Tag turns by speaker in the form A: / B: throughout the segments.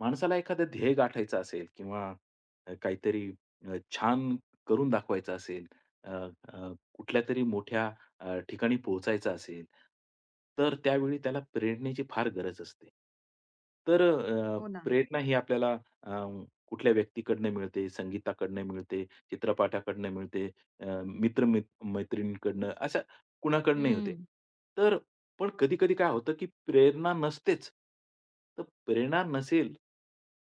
A: माणसाला एखादं ध्येय गाठायचं असेल किंवा काहीतरी छान करून दाखवायचं असेल, अ, अ, कुठल्यातरी मोठ्या ठिकाणी पोहोचायचं असेल, तर त्यावेळी त्याला प्रेरणेची फार गरज असते. तर
B: हो ना.
A: प्रेरणा ही आपल्याला अ, कुठल्या व्यक्तीकडनं मिळते, संगीताकडनं मिळते, चित्रपटाकडनं मिळते, अ, मित्र-मैत मैत्रिणींकडनं, अशा कुणाकडनंही होते.
B: हं.
A: तर पण कधी-कधी काय होतं, की प्रेरणा नसतेच. तर प्रेरणा नसेल,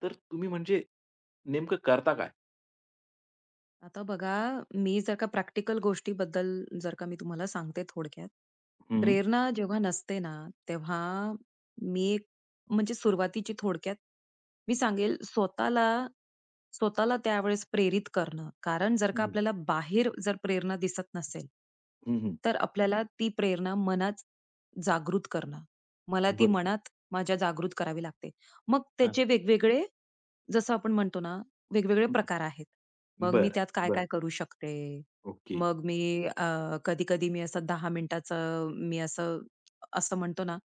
A: तर तुम्ही म्हणजे नेमकं करता काय?
B: आता बघा, मी जर का प्रॅक्टिकल गोष्टीबद्दल जर का मी तुम्हाला सांगते थोडक्यात.
A: हं.
B: प्रेरणा जेव्हा नसते ना, तेव्हा मी एक म्हणजे सुरुवातीची थोडक्यात मी सांगेल स्वतःला स्वतःला त्यावेळेस प्रेरित करणं. कारण जर का
A: हं,
B: आपल्याला बाहेर जर प्रेरणा दिसत नसेल,
A: हं, हं.
B: तर आपल्याला ती प्रेरणा मनात जागृत करणं. मला ती
A: बरोबर.
B: मनात माझ्या जागृत करावी लागते. मग
A: हां.
B: त्याचे वेगवेगळे जसं आपण म्हणतो ना वेगवेगळे
A: हं.
B: प्रकार आहेत. मग मी
A: बरं,
B: त्यात
A: बरं.
B: काय-काय करू शकते.
A: ओके.
B: मग मी अ, कधी-कधी मी असं 10 मिनिटाचं मी असं असं म्हणतो ना,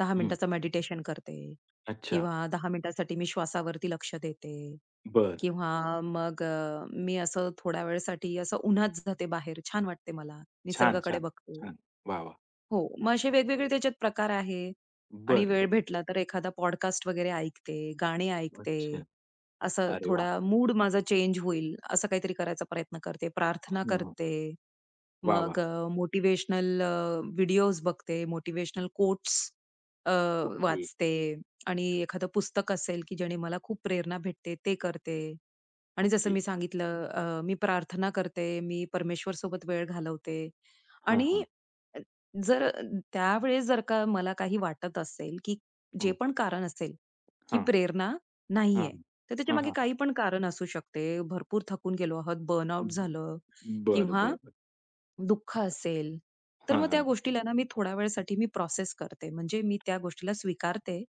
B: 10
A: हं.
B: मिनिटाचं मेडिटेशन करते
A: अच्छा.
B: किंवा 10 मिनिटासाठी मी श्वासावरती लक्ष देते
A: बरं.
B: किंवा मग मी असं थोड्या वेळेसाठी असं उन्हात जाते बाहेर, छान वाटते मला.
A: छान,
B: निसर्गाकडे
A: छान,
B: बघते.
A: छान. वाह, वाह!
B: हो. मग असे वेगवेगळे त्याच्यात प्रकार आहे आणि
A: बरं,
B: वेळ
A: बरं.
B: भेटला तर एखादा पॉडकास्ट वगैरे ऐकते, गाणे
A: अच्छा.
B: ऐकते. असं
A: अरे वाह!
B: थोडा मूड माझा चेंज होईल, असं काहीतरी करायचा प्रयत्न करते. प्रार्थना
A: हं, हं.
B: करते.
A: वाह,
B: मग
A: वाह!
B: मोटिव्हेशनल व्हिडिओज बघते, मोटिव्हेशनल कोट्स
A: ओके,
B: वाचते आणि एखादं पुस्तक असेल, की ज्याने मला खूप प्रेरणा भेटते, ते करते. आणि जसं
A: ओके.
B: मी सांगितलं, मी प्रार्थना करते, मी परमेश्वरसोबत वेळ घालवते.
A: हां,
B: आणि
A: हां.
B: अ, जर त्यावेळेस जर का मला काही वाटत असेल, की
A: हं.
B: जे पण कारण असेल, की
A: हां,
B: प्रेरणा
A: हां.
B: नाहीये, तर
A: हां,
B: त्याच्यामागे
A: हां, हां.
B: काही पण कारण असू शकते. भरपूर थकून गेलो आहोत,
A: हं.
B: बर्नआउट झालं
A: बरं,
B: किंवा
A: बरं, बरं.
B: दुःख असेल, तर
A: हां,
B: मग त्या
A: हां.
B: गोष्टीला ना मी थोड्या वेळासाठी मी प्रोसेस करते. म्हणजे मी त्या गोष्टीला स्वीकारते.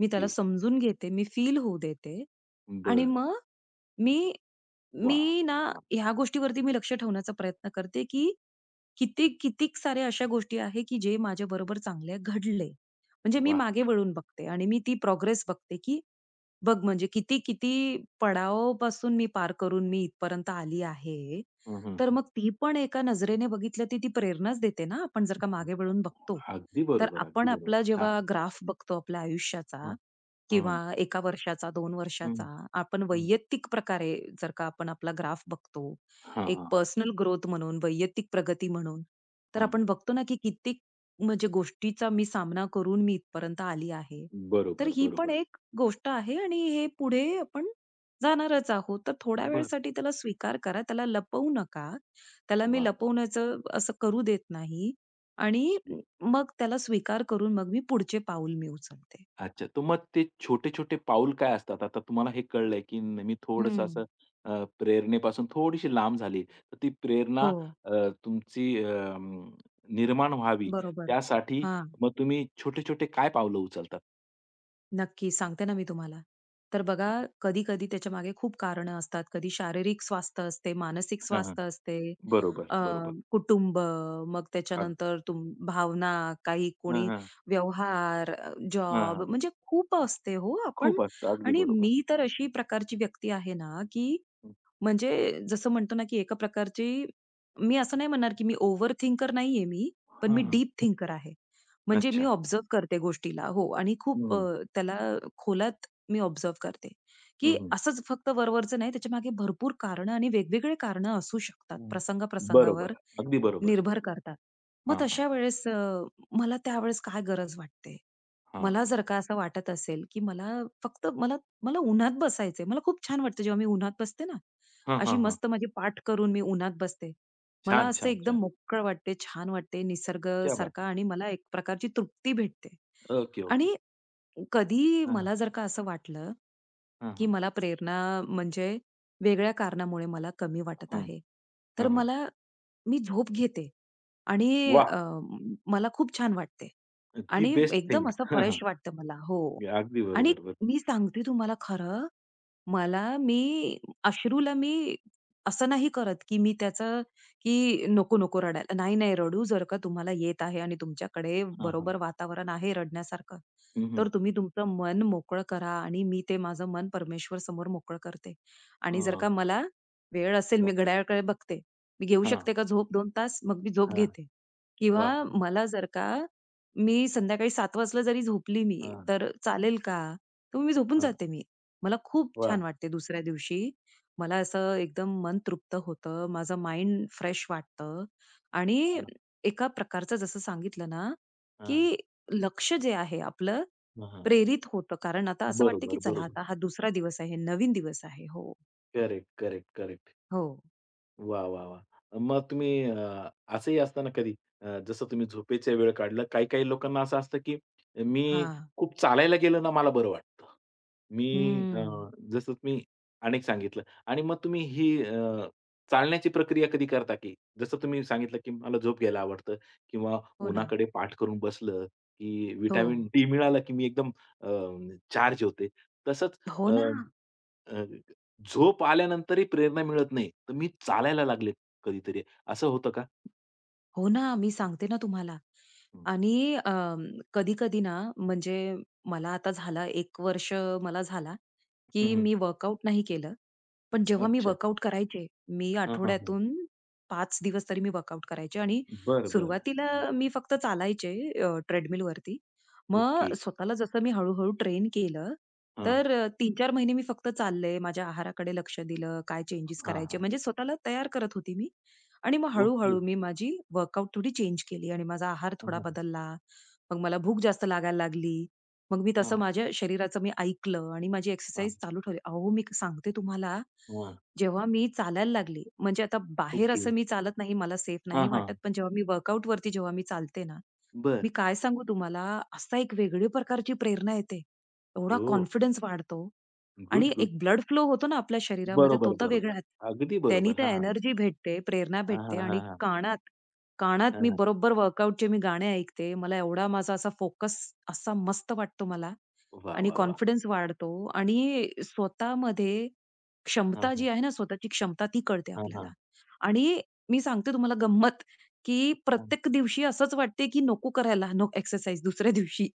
B: मी त्याला समजून घेते. मी फील होऊ देते आणि
A: बरं.
B: मग मी
A: वाह!
B: मी ना
A: वाह!
B: ह्या गोष्टीवरती मी लक्ष ठेवण्याचा प्रयत्न करते, की किती कितीक साऱ्या अशा गोष्टी आहे, की जे माझ्याबरोबर चांगल्या घडले. म्हणजे मी
A: वाह!
B: मागे वळून बघते आणि मी ती प्रोग्रेस बघते, की बघ म्हणजे किती-किती पडावापासून मी पार करून मी इथपर्यंत आली आहे.
A: हं, हं,
B: तर
A: हं.
B: मग ती पण एका नजरेने बघितलं ती ती प्रेरणाच देते ना, आपण जर का मागे वळून बघतो.
A: अगदी
B: तर
A: बरोबर, अगदी
B: आपण
A: बरोबर.
B: आपला
A: छान.
B: जेव्हा ग्राफ बघतो आपल्या आयुष्याचा
A: हं.
B: किंवा
A: हं,
B: 1 वर्षाचा, 2
A: हं,
B: वर्षाचा. आपण
A: हं.
B: वैयक्तिक प्रकारे जर का आपण आपला ग्राफ बघतो,
A: हां,
B: एक
A: हां,
B: पर्सनल ग्रोथ म्हणून, वैयक्तिक प्रगती म्हणून, तर
A: हां.
B: आपण बघतो ना, की कित्येक म्हणजे गोष्टीचा मी सामना करून मी इथपर्यंत आली आहे. तर
A: बरोबर,
B: ही पण
A: बरोबर.
B: एक गोष्ट आहे आणि हे पुढे आपण जाणारच आहोत. तर थोड्या
A: बरं.
B: वेळसाठी त्याला स्वीकार करा, त्याला लपवू नका. त्याला मी
A: वाह! वाह!
B: लपवण्याचं असं करू देत नाही आणि
A: ये
B: मग त्याला स्वीकार करून मग मी पुढचे पाऊल मी उचलते.
A: अच्छा. तर मग ते छोटे-छोटे पाऊल काय असतात? आता तुम्हाला हे कळलंय, की न मी थोडंसं असं
B: हं.
A: प्रेरणेपासून थोडीशी लांब झाली. तर ती प्रेरणा
B: हो,
A: तुमची निर्माण व्हावी
B: बरोबर.
A: त्यासाठी
B: हां,
A: मग तुम्ही छोटे-छोटे काय पावलं उचलतात?
B: नक्की सांगते ना मी तुम्हाला. तर बघा कधी-कधी मागे खूप कारण असतात. कधी शारीरिक स्वास्थ्य असते, मानसिक
A: हां, हां.
B: स्वास्थ्य असते,
A: बरोबर,
B: अ,
A: बरोबर.
B: कुटुंब, मग
A: अग
B: त्याच्यानंतर भावना, काही
A: हां,
B: कोणी
A: हां.
B: व्यवहार,
A: हां,
B: जॉब,
A: हां.
B: म्हणजे खूप असते हो आपण.
A: खूप असतं. अगदी
B: आणि
A: बरोबर.
B: मी तर अशी प्रकारची व्यक्ती आहे ना, की
A: हं,
B: म्हणजे जसं म्हणतो ना, की एका प्रकारची मी असं नाही म्हणणार, की मी ओव्हर थिंकर नाहीये मी,
A: हां,
B: पण मी
A: हां.
B: डीप थिंकर आहे. म्हणजे मी
A: अच्छा.
B: ऑब्झर्व्ह करते गोष्टीला हो आणि खूप,
A: हं,
B: त्याला खोलात मी ऑब्झर्व्ह करते, की
A: हं, हं.
B: असंच फक्त वरवरचं नाही, त्याच्यामागे भरपूर कारणं आणि वेगवेगळे कारणं असू शकतात,
A: हं.
B: प्रसंग-प्रसंगावर
A: बरोबर. अगदी बरोबर.
B: निर्भर करतात. मग
A: हां, हां.
B: तशा वेळेस, मला त्यावेळेस काय गरज वाटते?
A: हां.
B: मला जर का असं वाटत असेल, की मला उन्हात बसायचंय. मला खूप छान वाटतं जेव्हा मी उन्हात बसते ना,
A: हां,
B: अशी
A: हां, हां.
B: मस्त माझी पाठ करून मी उन्हात बसते. मला
A: छान,
B: असं
A: छान, छान.
B: एकदम मोकळं वाटते, छान वाटते
A: क्या बात
B: निसर्गासारखा
A: है!
B: आणि मला एक प्रकारची तृप्ती भेटते.
A: Okay, okay.
B: आणि कधी
A: हां, हां.
B: मला जर का असं वाटलं,
A: हां,
B: की
A: हां.
B: मला प्रेरणा म्हणजे वेगळ्या कारणामुळे मला कमी वाटत
A: हं.
B: आहे. तर
A: हां, हां.
B: मला मी झोप घेते आणि
A: वाह!
B: मला खूप छान वाटते
A: ती
B: आणि
A: बेस्ट थिंग.
B: एकदम असं
A: हां, हां.
B: फ्रेश वाटतं मला. हो.
A: अगदी बरोबर,
B: आणि
A: बरोबर.
B: मी सांगते तुम्हाला खरं, मला मी अश्रूला मी असं नाही करत, की मी त्याचं की नको, नको रडायला. नाही, नाही रडू, जर का तुम्हाला येत आहे आणि तुमच्याकडे
A: हां, हां.
B: बरोबर वातावरण आहे रडण्यासारखं,
A: हं, हं.
B: तर तुम्ही तुमचं मन मोकळं करा आणि मी ते माझं मन परमेश्वर समोर मोकळं करते. आणि जर
A: हां.
B: का मला वेळ असेल, मी
A: वाह!
B: घड्याळाकडे बघते. मी घेऊ
A: हां,
B: शकते का झोप 2 तास? मग मी झोप
A: हां.
B: घेते.
A: वाह!
B: किंवा मला जर का मी संध्याकाळी 7:00 वाजता जरी झोपली मी,
A: हां,
B: तर चालेल का? तर मी झोपून
A: हां.
B: जाते मी. मला खूप छान वाटते दुसऱ्या दिवशी. मला असं एकदम मन तृप्त होतं. माझं माइंड फ्रेश वाटतं आणि
A: वाह!
B: एका प्रकारचं जसं सांगितलं ना,
A: हां,
B: की लक्ष जे आहे आपलं
A: हां, हां.
B: प्रेरित होतं. कारण आता असं वाटतं, की
A: बरोबर,
B: चला
A: बरोबर.
B: आता हा दुसरा दिवस आहे, नवीन दिवस आहे. हो.
A: Correct, correct, correct.
B: हो.
A: वाह, वाह, वाह! मग तुम्ही असंही असतं ना कधी जसं तुम्ही झोपेचा वेळ काढला, काही-काही लोकांना असं असतं, की मी
B: हां.
A: खूप चालायला गेलं ना मला बरं वाटतं. मी
B: हं.
A: जसं मी अनेक सांगितलं आणि मग तुम्ही ही चालण्याची प्रक्रिया कधी करता की जसं तुम्ही सांगितलं, की मला झोप घ्यायला आवडतं किंवा
B: हो ना.
A: उन्हाकडे पाठ करून बसलं, की
B: हो.
A: विटामिन डी मिळालं, की मी एकदम चार्ज होते. तसंच
B: हो
A: अ,
B: ना.
A: अ, झोप आल्यानंतरही प्रेरणा मिळत नाही, तर मी चालायला लागले कधीतरी. असं होतं का?
B: हो ना, मी सांगते ना तुम्हाला.
A: हं.
B: आणि कधी-कधी ना म्हणजे मला आता झाला 1 वर्ष मला झाला,
A: हं,
B: की
A: हं.
B: मी वर्कआउट नाही केलं. पण जेव्हा मी
A: अच्छा.
B: वर्कआउट करायचे, मी
A: हां, हां, हां.
B: आठवड्यातून 5 दिवस तरी मी वर्कआउट करायचे आणि
A: बरं, बरं.
B: सुरुवातीला मी फक्त चालायचे, ट्रेडमिलवरती.
A: ओके.
B: मग स्वतःला जसं मी हळू ट्रेन केलं,
A: हां.
B: तर 3-4 महिने मी फक्त चालले, माझ्या आहाराकडे लक्ष दिलं, काय चेंजेस
A: हां,
B: करायचे
A: हां.
B: म्हणजे स्वतःला तयार करत होती मी. आणि मग
A: ओके.
B: हळू-हळू मी माझी वर्कआउट थोडी चेंज केली आणि माझा आहार
A: हां,
B: थोडा
A: हां.
B: बदलला. मग मला भूक जास्त लागायला लागली. मग मी
A: हां,
B: तसं
A: हां.
B: माझ्या शरीराचं मी ऐकलं आणि माझी एक्सरसाइज चालू ठेवली. अहो, मी सांगते तुम्हाला,
A: हां.
B: जेव्हा मी चालायला लागली, म्हणजे आता बाहेर
A: ओके.
B: असं मी चालत नाही, मला सेफ
A: हां,
B: नाही
A: हां.
B: वाटत. पण जेव्हा मी वर्कआउटवरती जेव्हा मी चालते ना,
A: बरं.
B: मी काय सांगू तुम्हाला, असा एक वेगळी प्रकारची प्रेरणा येते. एवढा
A: ओह!
B: कॉन्फिडन्स वाढतो.
A: गुड,
B: आणि
A: गुड.
B: एक ब्लड फ्लो होतो ना आपल्या शरीरामध्ये तो
A: बरोबर,
B: तर
A: बरोबर.
B: वेगळाच.
A: अगदी
B: त्यानी
A: बरोबर.
B: तर
A: हां.
B: एनर्जी भेटते, प्रेरणा
A: हां,
B: भेटते
A: हां, हां,
B: आणि
A: हां.
B: कानात कानात मी
A: हां.
B: बरोबर वर्कआउटचे मी गाणे ऐकते. मला एवढा माझा असा फोकस असा मस्त वाटतो मला.
A: वाह,
B: आणि
A: वाह, वाह!
B: कॉन्फिडन्स वाढतो आणि स्वतःमध्ये
A: हां,
B: क्षमता जी
A: हां.
B: आहे ना, स्वतःची क्षमता ती कळते
A: हां,
B: आपल्याला.
A: हां.
B: आणि मी सांगते तुम्हाला गंमत, की
A: हं.
B: प्रत्येक दिवशी असंच वाटते, की नको करायला नो एक्सरसाइज दुसऱ्या दिवशी.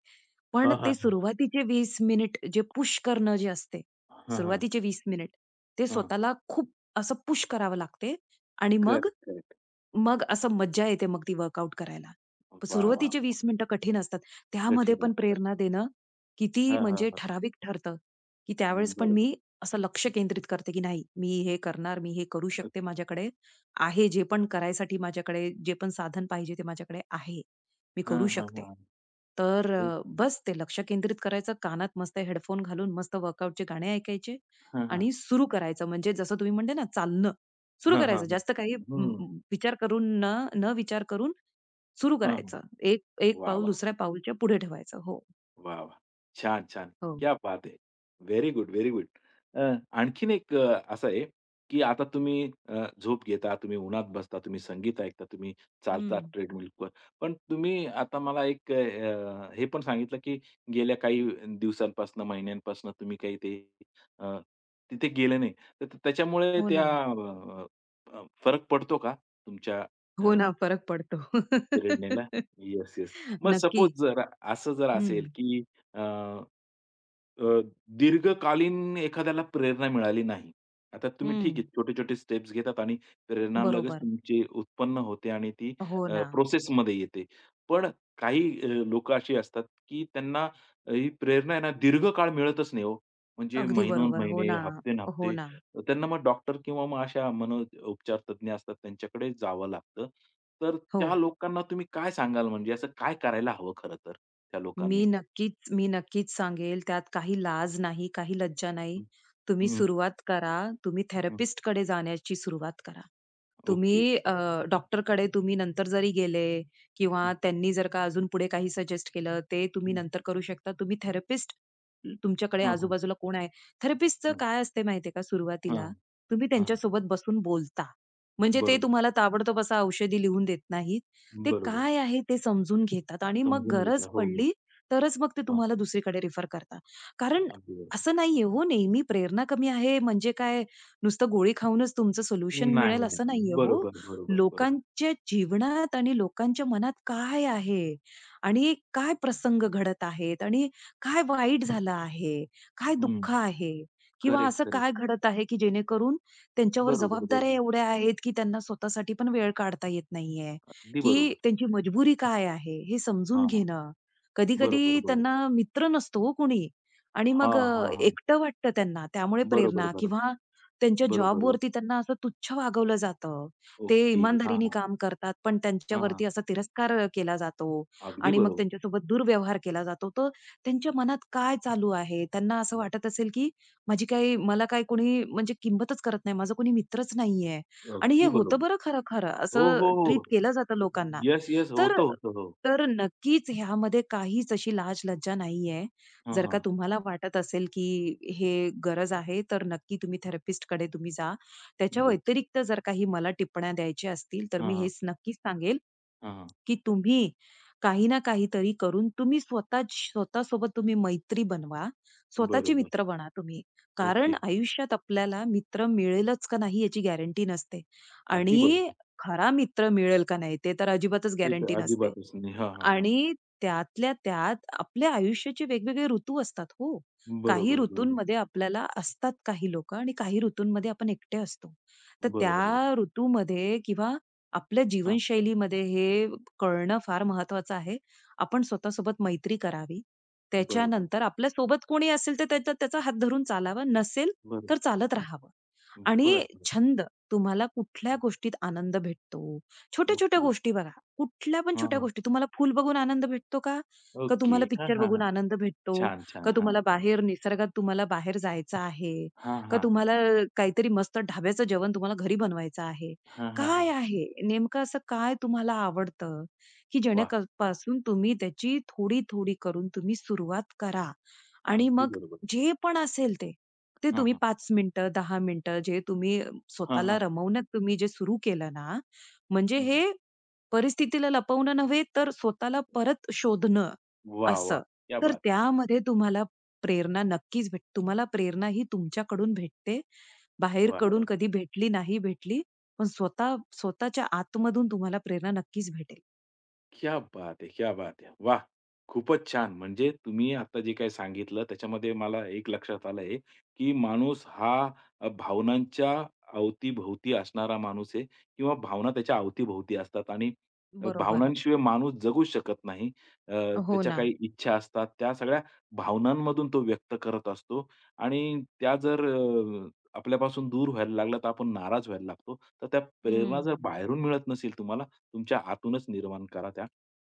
B: पण
A: हां,
B: ते
A: हां, हां.
B: सुरुवातीचे 20 मिनिट जे पुश करणं जे असते,
A: हां, हां.
B: सुरुवातीचे 20 मिनिट ते
A: हां.
B: स्वतःला खूप असं पुश करावं लागते आणि मग
A: करेक्ट, करेक्ट.
B: मग असं मज्जा येते मग ती वर्कआउट करायला.
A: वाह, वाह!
B: सुरुवातीचे 20 मिनिटं कठीण असतात. त्यामध्ये
A: कठीण
B: पण
A: असतात.
B: प्रेरणा देणं किती
A: हां, हां,
B: म्हणजे
A: हां.
B: ठराविक ठरतं, की त्यावेळेस पण
A: बरोबर.
B: मी असं लक्ष केंद्रित करते, की नाही मी हे करणार, मी हे करू शकते. माझ्याकडे आहे जे पण करायसाठी माझ्याकडे जे पण साधन पाहिजे ते माझ्याकडे आहे. मी
A: हां,
B: करू
A: हां,
B: शकते.
A: हां.
B: तर
A: ओके.
B: बस ते लक्ष केंद्रित करायचं. कानात मस्त हेडफोन घालून मस्त वर्कआउटचे गाणे ऐकायचे
A: हां, हां.
B: आणि सुरू करायचं. म्हणजे जसं तुम्ही म्हणले ना चालणं. सुरू
A: हां, हां,
B: करायचं.
A: हां.
B: जास्त काही म
A: हं.
B: म, विचार करून न न विचार करून सुरू
A: हां, हां.
B: करायचं. एक एक पाऊल
A: वाह,
B: दुसऱ्या पाऊलच्या पुढे ठेवायचं. हो.
A: वाह, वाह! छान, छान.
B: हो.
A: क्या बात है! Very good, very good. आणखीन एक असं आहे, की आता तुम्ही झोप घेता, तुम्ही उन्हात बसता, तुम्ही संगीत ऐकता, तुम्ही चालता
B: हं.
A: ट्रेडमिलवर. पण तुम्ही आता मला एक हे पण सांगितलं, की गेल्या काही दिवसांपासून, महिन्यांपासून तुम्ही काही ते अ, तिथे गेले नाही. तर त्याच्यामुळे
B: हो
A: त्या
B: ना.
A: अ, अ, फरक पडतो का तुमच्या
B: हो ना, फरक पडतो.
A: प्रेरणेला? Yes, yes. मग सपोज
B: नक्की.
A: जर असं जर असेल,
B: हं.
A: की अ, दीर्घकालीन एखाद्याला प्रेरणा मिळाली नाही. आता तुम्ही ठीक
B: हं.
A: आहे, छोटे-छोटे स्टेप्स घेतात आणि प्रेरणा लगेच
B: बरोबर.
A: तुमची उत्पन्न होते आणि ती
B: हो ना.
A: प्रोसेसमध्ये येते. पण काही लोकं अशी असतात, की त्यांना ही प्रेरणा आहे ना दीर्घकाळ मिळतच नाही हो. म्हणजे
B: अगदी बरोबर. हो
A: महिनोन-महिने,
B: ना. हो
A: हफ्ते-हफ्ते
B: ना.
A: त्यांना मग डॉक्टर किंवा मग अशा मनोपचार तज्ञ असतात त्यांच्याकडे जावं लागतं. तर
B: हो.
A: त्या लोकांना तुम्ही काय सांगाल म्हणजे असं काय करायला हवं खरं तर त्या
B: मी
A: लोकांनी?
B: नक्कीच, मी नक्कीच सांगेल. त्यात काही लाज नाही, काही लज्जा नाही. तुम्ही
A: हं, हं,
B: सुरुवात करा. तुम्ही थेरपिस्ट थेरपिस्टकडे जाण्याची सुरुवात करा. तुम्ही
A: ओके.
B: अ, कड़े तुम्ही नंतर जरी गेले किंवा
A: हं,
B: त्यांनी जर का अजून पुढे काही सजेस्ट केलं, ते तुम्ही
A: हं.
B: नंतर करू शकता. तुम्ही थेरपिस्ट, तुमच्याकडे
A: हां, हां.
B: आजूबाजूला कोण आहे? थेरपिस्टचं
A: हां,
B: काय असते माहितीये का
A: हां,
B: सुरुवातीला, तुम्ही
A: हां.
B: त्यांच्यासोबत बसून बोलता. म्हणजे ते
A: बरोबर,
B: तुम्हाला ताबडतोब असं औषधी लिहून देत नाहीत. ते
A: बरोबर.
B: काय आहे ते समजून घेतात आणि मग
A: समजून
B: गरज
A: घेता. हो, हो.
B: पडली तरच मग ते
A: हां,
B: तुम्हाला दुसरीकडे रिफर करतात. कारण
A: अगदी बरोबर.
B: असं नाहीये हो, नेहमी प्रेरणा कमी आहे म्हणजे काय नुसतं गोळी खाऊनच तुमचं सोल्युशन
A: नाही,
B: मिळेल असं
A: नाही.
B: नाहीये हो.
A: बरोबर, बरोबर, बरोबर.
B: लोकांच्या जीवनात आणि लोकांच्या मनात काय आहे? आणि काय प्रसंग घडत आहेत? आणि काय वाईट झालं आहे? काय
A: हं.
B: दुःख आहे? किंवा
A: करेक्ट,
B: असं काय
A: करेक्ट.
B: घडत आहे, की जेणेकरून त्यांच्यावर
A: बरोबर,
B: जबाबदाऱ्या
A: बरोबर.
B: एवढ्या आहेत, की त्यांना स्वतःसाठी पण वेळ काढता येत नाहीये,
A: अगदी
B: की
A: बरोबर.
B: त्यांची मजबुरी काय आहे? हे समजून
A: हां.
B: घेणं.
A: बरोबर,
B: कधी-कधी
A: बरोबर.
B: त्यांना मित्र नसतो हो कोणी आणि
A: हां,
B: मग
A: हां, हां.
B: एकटं वाटतं त्यांना. त्यामुळे
A: बरोबर,
B: प्रेरणा
A: बरोबर.
B: किंवा त्यांच्या
A: बरोबर, बरोबर.
B: जॉबवरती त्यांना असं तुच्छ वागवलं जातं. ते
A: ओके. हां,
B: इमानदारीने
A: हां.
B: काम करतात, पण
A: हां, हां.
B: त्यांच्यावरती असा तिरस्कार केला जातो
A: अगदी
B: आणि मग
A: बरोबर.
B: त्यांच्यासोबत दुर्व्यवहार केला जातो. तर त्यांच्या मनात काय चालू आहे? त्यांना असं
A: वाह!
B: वाटत असेल, की माझी काही मला काही कोणी म्हणजे किंमतच करत नाही. माझा कोणी मित्रच नाहीये आणि हे
A: अगदी
B: होतं
A: बरोबर.
B: बरं खरं-खरं.
A: हो,
B: असं
A: हो, हो.
B: ट्रीट केलं जातं लोकांना.
A: Yes, yes.
B: तर
A: होतं, होतं. हो.
B: तर नक्कीच ह्यामध्ये काहीच अशी लाज-लज्जा नाहीये.
A: हां,
B: जर
A: हां.
B: का तुम्हाला वाटत असेल, की हे गरज आहे, तर नक्की तुम्ही थेरपिस्टकडे तुम्ही जा. त्याच्या
A: येस.
B: व्यतिरिक्त जर काही मला टिप्पण्या द्यायच्या असतील, तर
A: हां,
B: मी
A: हां.
B: हेच नक्कीच सांगेल,
A: हां, हां.
B: की तुम्ही काही ना काहीतरी करून तुम्ही स्वतः स्वतःसोबत तुम्ही मैत्री बनवा. स्वतःचे
A: बरोबर.
B: मित्र बना तुम्ही. कारण
A: ओके.
B: आयुष्यात आपल्याला मित्र मिळेलच का नाही याची गॅरंटी नसते
A: अगदी
B: आणि
A: बरोबर.
B: खरा मित्र मिळेल का नाही ते तर अजिबातच
A: ते तर
B: गॅरंटी नसते.
A: अजिबातच नाही. हां, हां, हां.
B: आणि त्यातल्या त्यात आपल्या आयुष्याचे वेगवेगळे ऋतू असतात हो. काही
A: बरोबर, बरोबर.
B: ऋतूंमध्ये आपल्याला असतात काही लोकं आणि काही ऋतूंमध्ये आपण एकटे असतो. तर
A: बरोबर, बरोबर.
B: त्या ऋतूमध्ये किंवा आपल्या
A: हां,
B: जीवनशैलीमध्ये हे कळणं फार महत्वाचं आहे. आपण स्वतःसोबत मैत्री करावी.
A: बरोबर,
B: त्याच्यानंतर आपल्यासोबत कोणी असेल तर त्याचा त्याचा हात धरून चालावा, नसेल
A: बरोबर.
B: तर चालत
A: हां,
B: राहावं.
A: बरं,
B: आणि
A: बरं.
B: छंद, तुम्हाला कुठल्या
A: हां,
B: गोष्टीत आनंद भेटतो, छोट्या-छोट्या
A: ओके.
B: गोष्टी बघा. कुठल्या पण
A: हां,
B: छोट्या
A: हां.
B: गोष्टी. तुम्हाला फूल बघून आनंद भेटतो का? का
A: ओके.
B: तुम्हाला
A: हां,
B: पिक्चर
A: हां,
B: बघून
A: हां.
B: आनंद भेटतो?
A: छान,
B: का
A: छान. हां,
B: तुम्हाला
A: छान,
B: बाहेर
A: छान.
B: निसर्गात तुम्हाला बाहेर जायचं आहे?
A: हां,
B: का
A: हां, हां.
B: तुम्हाला काहीतरी मस्त ढाब्याचं जेवण तुम्हाला घरी बनवायचं आहे?
A: हां, हां,
B: काय
A: हां.
B: आहे? नेमकं असं काय तुम्हाला आवडतं, की
A: वाह!
B: तुम्ही त्याची थोडी-थोडी करून तुम्ही सुरुवात करा आणि
A: अगदी
B: मग
A: बरोबर.
B: जे पण असेल ते, ते
A: हां,
B: तुम्ही
A: हां.
B: 5 मिनिटं, 10 मिनिटं जे तुम्ही
A: हां,
B: स्वतःला
A: हां.
B: रमवण्यात तुम्ही जे सुरू केलं ना, म्हणजे
A: हं, हं.
B: हे परिस्थितीला लपवणं नव्हे, तर स्वतःला परत शोधणं
A: वाह,
B: असं.
A: क्या
B: तर
A: बात है!
B: त्यामध्ये तुम्हाला प्रेरणा नक्कीच भेटते. तुम्हाला प्रेरणा ही तुमच्याकडून भेटते.
A: वाह,
B: बाहेरकडून
A: वाह!
B: कधी भेटली, नाही भेटली, पण स्वतः स्वतःच्या आतमधून तुम्हाला प्रेरणा नक्कीच भेटेल.
A: क्या बात है! क्या बात है! वाह! खूपच छान. म्हणजे तुम्ही आता जे काही सांगितलं त्याच्यामध्ये मला एक लक्षात आलंय, की माणूस हा भावनांच्या अवतीभोवती असणारा माणूस आहे किंवा भावना त्याच्या अवतीभोवती असतात आणि
B: बरोबर.
A: भावनांशिवाय माणूस जगूच शकत नाही. अ,
B: हो
A: त्याच्या
B: ना.
A: काही इच्छा असतात. त्या सगळ्या भावनांमधून तो व्यक्त करत असतो आणि त्या जर आपल्यापासून दूर व्हायला लागल्या, तर आपण नाराज व्हायला लागतो. तर त्या प्रेरणा जर
B: हं.
A: बाहेरून मिळत नसेल तुम्हाला, तुमच्या आतूनच निर्माण करा त्या.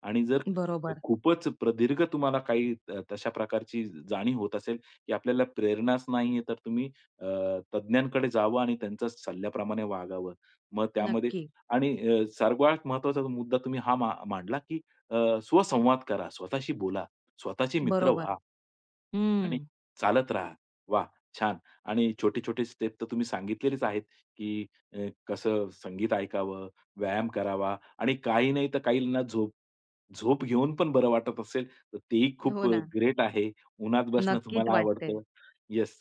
A: आणि जर
B: बरोबर.
A: खूपच प्रदीर्घ तुम्हाला काही तशा प्रकारची जाणीव होत असेल, की आपल्याला प्रेरणाच नाहीये, तर तुम्ही अ, तज्ञांकडे जावं आणि त्यांच्या सल्ल्याप्रमाणे वागावं. मग त्यामध्ये
B: नक्की.
A: आणि सर्वात महत्त्वाचा मुद्दा तुम्ही हा मांडला, की स्वसंवाद करा, स्वतःशी बोला, स्वतःचे मित्र
B: बरोबर.
A: व्हा. आणि
B: हं.
A: चालत राहा. वाह! छान. आणि छोटे-छोटे स्टेप तर तुम्ही सांगितलेलेच आहेत, की कसं संगीत ऐकावं, व्यायाम करावा आणि काही नाही तर काहींना झोप झोप घेऊन पण बरं वाटत असेल, तर तेही खूप
B: हो ना.
A: ग्रेट आहे. उन्हात बसणं
B: नक्कीच
A: तुम्हाला
B: वाटते.
A: आवडतं. येस.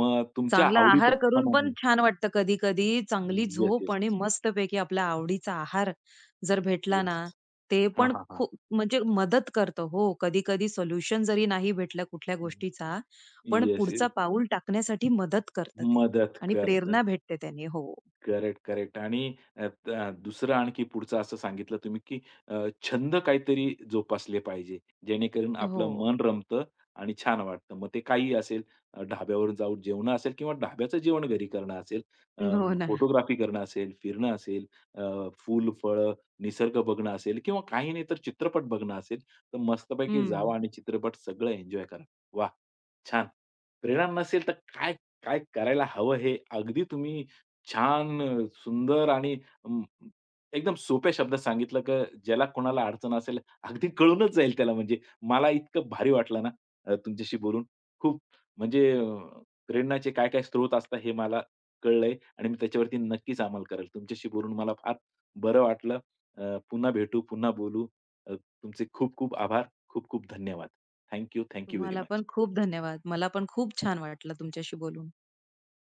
A: मग तुमच्या
B: चांगला आहार करून पण
A: आवडीप्रमाणे
B: छान वाटतं कधी-कधी. चांगली
A: येस,
B: झोप
A: येस,
B: आणि मस्तपैकी आपल्या आवडीचा आहार जर भेटला ना,
A: येस.
B: ते
A: हां,
B: पण
A: हां, हां.
B: खूप म्हणजे मदत करतं हो. कधी-कधी सोल्युशन जरी नाही भेटलं कुठल्या गोष्टीचा, पण
A: येस, येस.
B: पुढचा पाऊल टाकण्यासाठी मदत करतं ते
A: मदत
B: आणि
A: करतं.
B: प्रेरणा भेटते त्याने. हो.
A: Correct, correct. आणि अ, त दुसरं आणखी पुढचं असं सांगितलं तुम्ही, की छंद काहीतरी जोपासले पाहिजे, जेणेकरून
B: हो.
A: आपलं मन रमतं आणि छान वाटतं. मग ते काहीही असेल, ढाब्यावर जाऊन जेवणं असेल किंवा ढाब्याचं जेवण घरी करणं असेल,
B: हो ना.
A: फोटोग्राफी करणं असेल, फिरणं असेल, अ, फुल-फळं, निसर्ग बघणं असेल किंवा काही नाही तर चित्रपट बघणं असेल, तर मस्तपैकी
B: हं.
A: जावा आणि चित्रपट सगळं एन्जॉय करा. वाह! छान. परिणाम नसेल तर काय, काय करायला हवं हे अगदी तुम्ही छान, सुंदर आणि अं, एकदम सोप्या शब्दात सांगितलं, की ज्याला कोणाला अडचण असेल अगदी कळूनच जाईल त्याला म्हणजे. मला इतकं भारी वाटलं ना तुमच्याशी बोलून. खूप म्हणजे प्रेरणाचे काय-काय स्रोत असतात हे मला कळलंय आणि मी त्याच्यावरती नक्कीच अंमल करेल. तुमच्याशी बोलून मला फार बरं वाटलं. पुन्हा भेटू, पुन्हा बोलू. तुमचे खूप-खूप आभार. खूप-खूप धन्यवाद. थँक यू, व्हेरी
B: तुम्हाला पण
A: मच.
B: खूप धन्यवाद. मला पण खूप छान वाटलं तुमच्याशी बोलून.